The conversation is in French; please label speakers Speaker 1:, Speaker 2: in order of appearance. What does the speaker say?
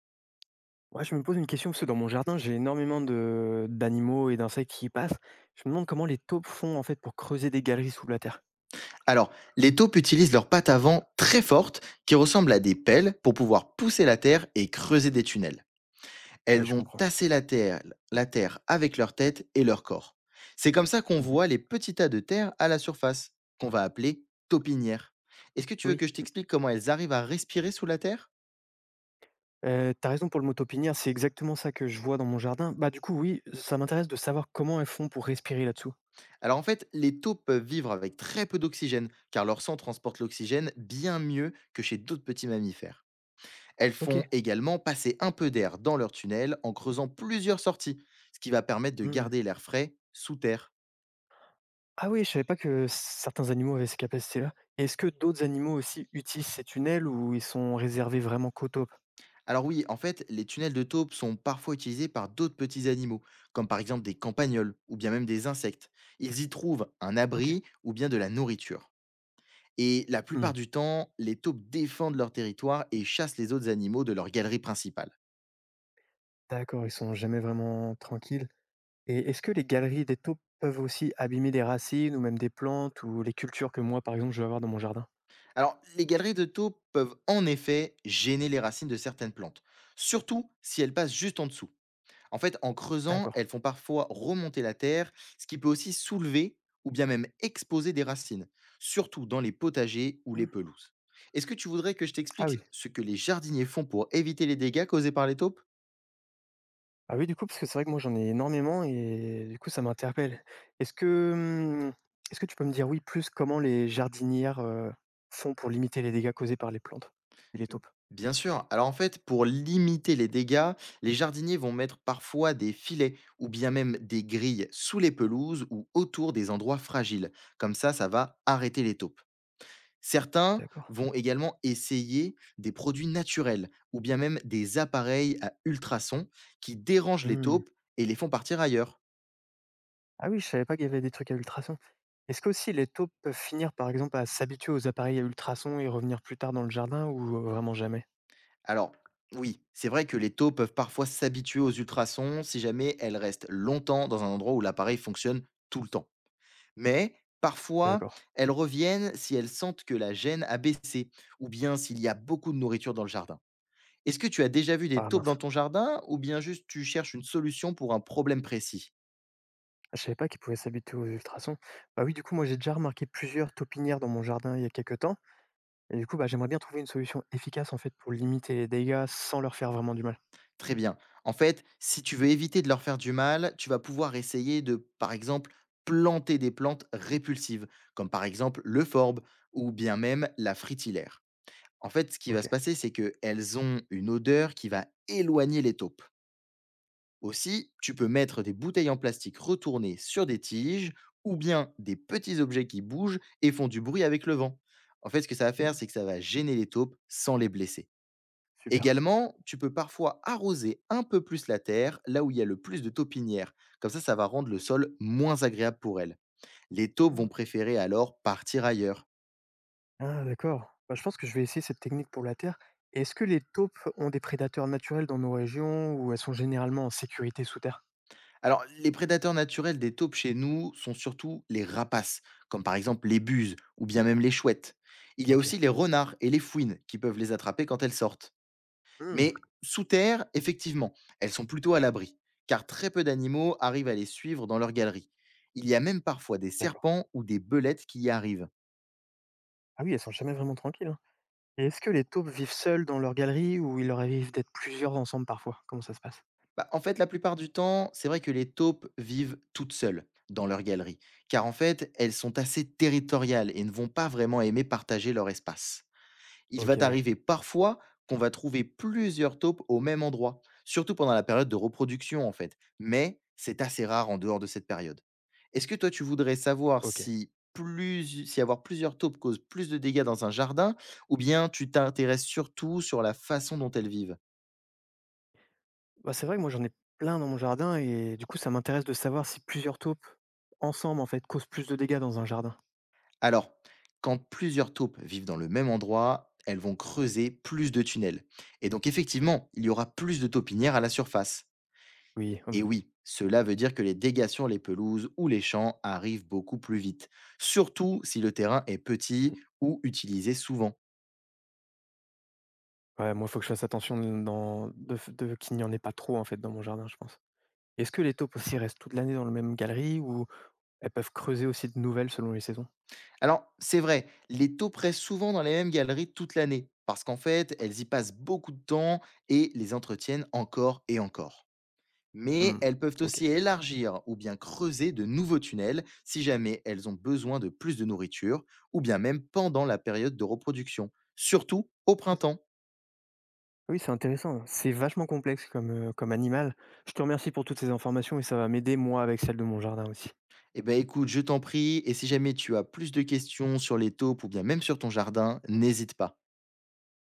Speaker 1: Ouais, je me pose une question parce que dans mon jardin, j'ai énormément de d'animaux et d'insectes qui y passent. Je me demande comment les taupes font en fait pour creuser des galeries sous la terre.
Speaker 2: Alors, les taupes utilisent leurs pattes avant très fortes, qui ressemblent à des pelles, pour pouvoir pousser la terre et creuser des tunnels. Elles
Speaker 1: Ouais, je
Speaker 2: vont
Speaker 1: comprends.
Speaker 2: tasser la terre avec leur tête et leur corps. C'est comme ça qu'on
Speaker 1: Mhm.
Speaker 2: voit les petits tas de terre à la surface, qu'on va appeler taupinières. Est-ce que tu veux
Speaker 1: Oui,
Speaker 2: que je t'explique comment elles arrivent à respirer sous la terre?
Speaker 1: t'as raison pour le mot taupinière, c'est exactement ça que je vois dans mon jardin. Bah du coup, oui, ça m'intéresse de savoir comment elles font pour respirer là-dessous.
Speaker 2: Alors en fait, les taupes peuvent vivre avec très peu d'oxygène, car leur sang transporte l'oxygène bien mieux que chez d'autres petits mammifères. Elles
Speaker 1: Ok.
Speaker 2: font également passer un peu d'air dans leur tunnel en creusant plusieurs sorties, ce qui va permettre de
Speaker 1: Hmm.
Speaker 2: garder l'air frais sous terre.
Speaker 1: Ah oui, je savais pas que certains animaux avaient ces capacités-là. Est-ce que d'autres animaux aussi utilisent ces tunnels ou ils sont réservés vraiment qu'aux taupes?
Speaker 2: Alors oui, en fait, les tunnels de taupe sont parfois utilisés par d'autres petits animaux, comme par exemple des campagnols ou bien même des insectes. Ils y trouvent un
Speaker 1: Ok.
Speaker 2: abri ou bien de la nourriture. Et la
Speaker 1: Hmm.
Speaker 2: plupart du temps, les taupes défendent leur territoire et chassent les autres animaux de leur galerie principale.
Speaker 1: D'accord, ils sont jamais vraiment tranquilles. Et est-ce que les galeries des taupes peuvent aussi abîmer des racines ou même des plantes ou les cultures que moi, par exemple, je vais avoir dans mon jardin?
Speaker 2: Alors, les galeries de taupes peuvent en effet gêner les racines de certaines plantes, surtout si elles passent juste en dessous. En fait, en creusant,
Speaker 1: D'accord.
Speaker 2: elles font parfois remonter la terre, ce qui peut aussi soulever ou bien même exposer des racines, surtout dans les potagers ou les
Speaker 1: Mmh.
Speaker 2: pelouses. Est-ce que tu voudrais que je
Speaker 1: Ah oui.
Speaker 2: t'explique ce que les jardiniers font pour éviter les dégâts causés par les taupes?
Speaker 1: Ah oui, du coup, parce que c'est vrai que moi, j'en ai énormément et du coup, ça m'interpelle. Est-ce que, mmh, est-ce que tu peux me dire, oui, plus comment les jardinières, font pour limiter les dégâts causés par les plantes et les taupes?
Speaker 2: Bien sûr. Alors en fait, pour limiter les dégâts, les jardiniers vont mettre parfois des filets ou bien même des grilles sous les pelouses ou autour des endroits fragiles. Comme ça va arrêter les taupes. Certains
Speaker 1: D'accord.
Speaker 2: vont également essayer des produits naturels ou bien même des appareils à ultrasons qui dérangent les
Speaker 1: Mmh.
Speaker 2: taupes et les font partir ailleurs.
Speaker 1: Ah oui, je savais pas qu'il y avait des trucs à ultrasons. Est-ce qu'aussi les taupes peuvent finir, par exemple, à s'habituer aux appareils à ultrasons et revenir plus tard dans le jardin ou vraiment jamais?
Speaker 2: Alors, oui, c'est vrai que les taupes peuvent parfois s'habituer aux ultrasons si jamais elles restent longtemps dans un endroit où l'appareil fonctionne tout le temps. Mais parfois,
Speaker 1: D'accord.
Speaker 2: elles reviennent si elles sentent que la gêne a baissé ou bien s'il y a beaucoup de nourriture dans le jardin. Est-ce que tu as déjà vu des
Speaker 1: Ah
Speaker 2: taupes
Speaker 1: mince.
Speaker 2: dans ton jardin ou bien juste tu cherches une solution pour un problème précis?
Speaker 1: Ah, je savais pas qu'ils pouvaient s'habituer aux ultrasons. Bah oui, du coup, moi, j'ai déjà remarqué plusieurs taupinières dans mon jardin il y a quelques temps. Et du coup, bah, j'aimerais bien trouver une solution efficace en fait pour limiter les dégâts sans leur faire vraiment du mal.
Speaker 2: Très bien. En fait, si tu veux éviter de leur faire du mal, tu vas pouvoir essayer de, par exemple, planter des plantes répulsives, comme par exemple le forbe ou bien même la fritillaire. En fait, ce qui va
Speaker 1: Ok.
Speaker 2: se passer, c'est qu'elles ont une odeur qui va éloigner les taupes. Aussi, tu peux mettre des bouteilles en plastique retournées sur des tiges ou bien des petits objets qui bougent et font du bruit avec le vent. En fait, ce que ça va faire,
Speaker 1: Mm.
Speaker 2: c'est que ça va gêner les taupes sans les blesser.
Speaker 1: Super.
Speaker 2: Également, tu peux parfois arroser un peu plus la terre, là où il y a le plus de taupinières. Comme ça va rendre le sol moins agréable pour elles. Les taupes
Speaker 1: Mm.
Speaker 2: vont préférer alors partir ailleurs.
Speaker 1: Ah, d'accord. Bah, je pense que je vais essayer cette technique pour la terre. Est-ce que les taupes ont des prédateurs naturels dans nos régions ou elles sont généralement en sécurité sous terre?
Speaker 2: Alors, les prédateurs naturels des taupes chez nous sont surtout les rapaces, comme par exemple les buses ou bien même les chouettes. Il y a
Speaker 1: Ok.
Speaker 2: aussi les renards et les fouines qui peuvent les attraper quand elles sortent.
Speaker 1: Mm.
Speaker 2: Mais sous terre, effectivement, elles sont plutôt à l'abri, car très peu d'animaux arrivent à les suivre dans leur galerie. Il y a même parfois des
Speaker 1: D'accord.
Speaker 2: serpents ou des belettes qui y arrivent.
Speaker 1: Ah oui, elles sont jamais vraiment tranquilles, hein. Et est-ce que les taupes vivent seules dans leur galerie ou il leur arrive d'être plusieurs ensemble parfois? Comment ça se passe?
Speaker 2: Bah, en fait, la plupart du temps, c'est vrai que les taupes vivent toutes seules dans leur galerie, car en fait, elles sont assez territoriales et ne vont pas vraiment aimer partager leur espace. Il va
Speaker 1: Ok, oui.
Speaker 2: t'arriver parfois qu'on va trouver plusieurs taupes au même endroit, surtout pendant la période de reproduction en fait, mais c'est assez rare en dehors de cette période. Est-ce que toi tu voudrais savoir
Speaker 1: Ok.
Speaker 2: si, plus, si avoir plusieurs taupes cause plus de dégâts dans un jardin, ou bien tu t'intéresses surtout sur la façon dont elles vivent?
Speaker 1: Bah, c'est vrai que moi, j'en ai plein dans mon jardin et du coup, ça m'intéresse de savoir si plusieurs taupes, ensemble, en fait, causent plus de dégâts dans un jardin.
Speaker 2: Alors, quand plusieurs taupes vivent dans le même endroit, elles vont creuser plus de tunnels. Et donc, effectivement, il y aura plus de taupinières à la surface.
Speaker 1: Oui,
Speaker 2: Et oui, cela veut dire que les dégâts sur les pelouses ou les champs arrivent beaucoup plus vite, surtout si le terrain est
Speaker 1: mhm.
Speaker 2: petit ou utilisé souvent.
Speaker 1: Ouais, moi, il faut que je fasse attention de- dans, de, f- de- qu'il n'y en ait pas trop, en fait, dans mon jardin, je pense. Est-ce que les taupes aussi restent toute l'année dans la même galerie ou elles peuvent creuser aussi de nouvelles selon les saisons?
Speaker 2: Alors, c'est vrai, les taupes restent souvent dans les mêmes galeries toute l'année, parce qu'en fait, elles y passent beaucoup de temps et les entretiennent encore et encore. Mais
Speaker 1: Hmm.
Speaker 2: elles peuvent
Speaker 1: Ok.
Speaker 2: aussi élargir ou bien creuser de nouveaux tunnels si jamais elles ont besoin de plus de nourriture ou bien même pendant la période de reproduction, surtout au printemps.
Speaker 1: Oui, c'est intéressant. C'est vachement complexe comme, comme animal. Je te remercie pour toutes ces informations et ça va m'aider, moi, avec celle de mon jardin aussi.
Speaker 2: Eh ben écoute, je t'en prie, et si jamais tu as plus de questions sur les taupes ou bien même sur ton jardin, n'hésite pas.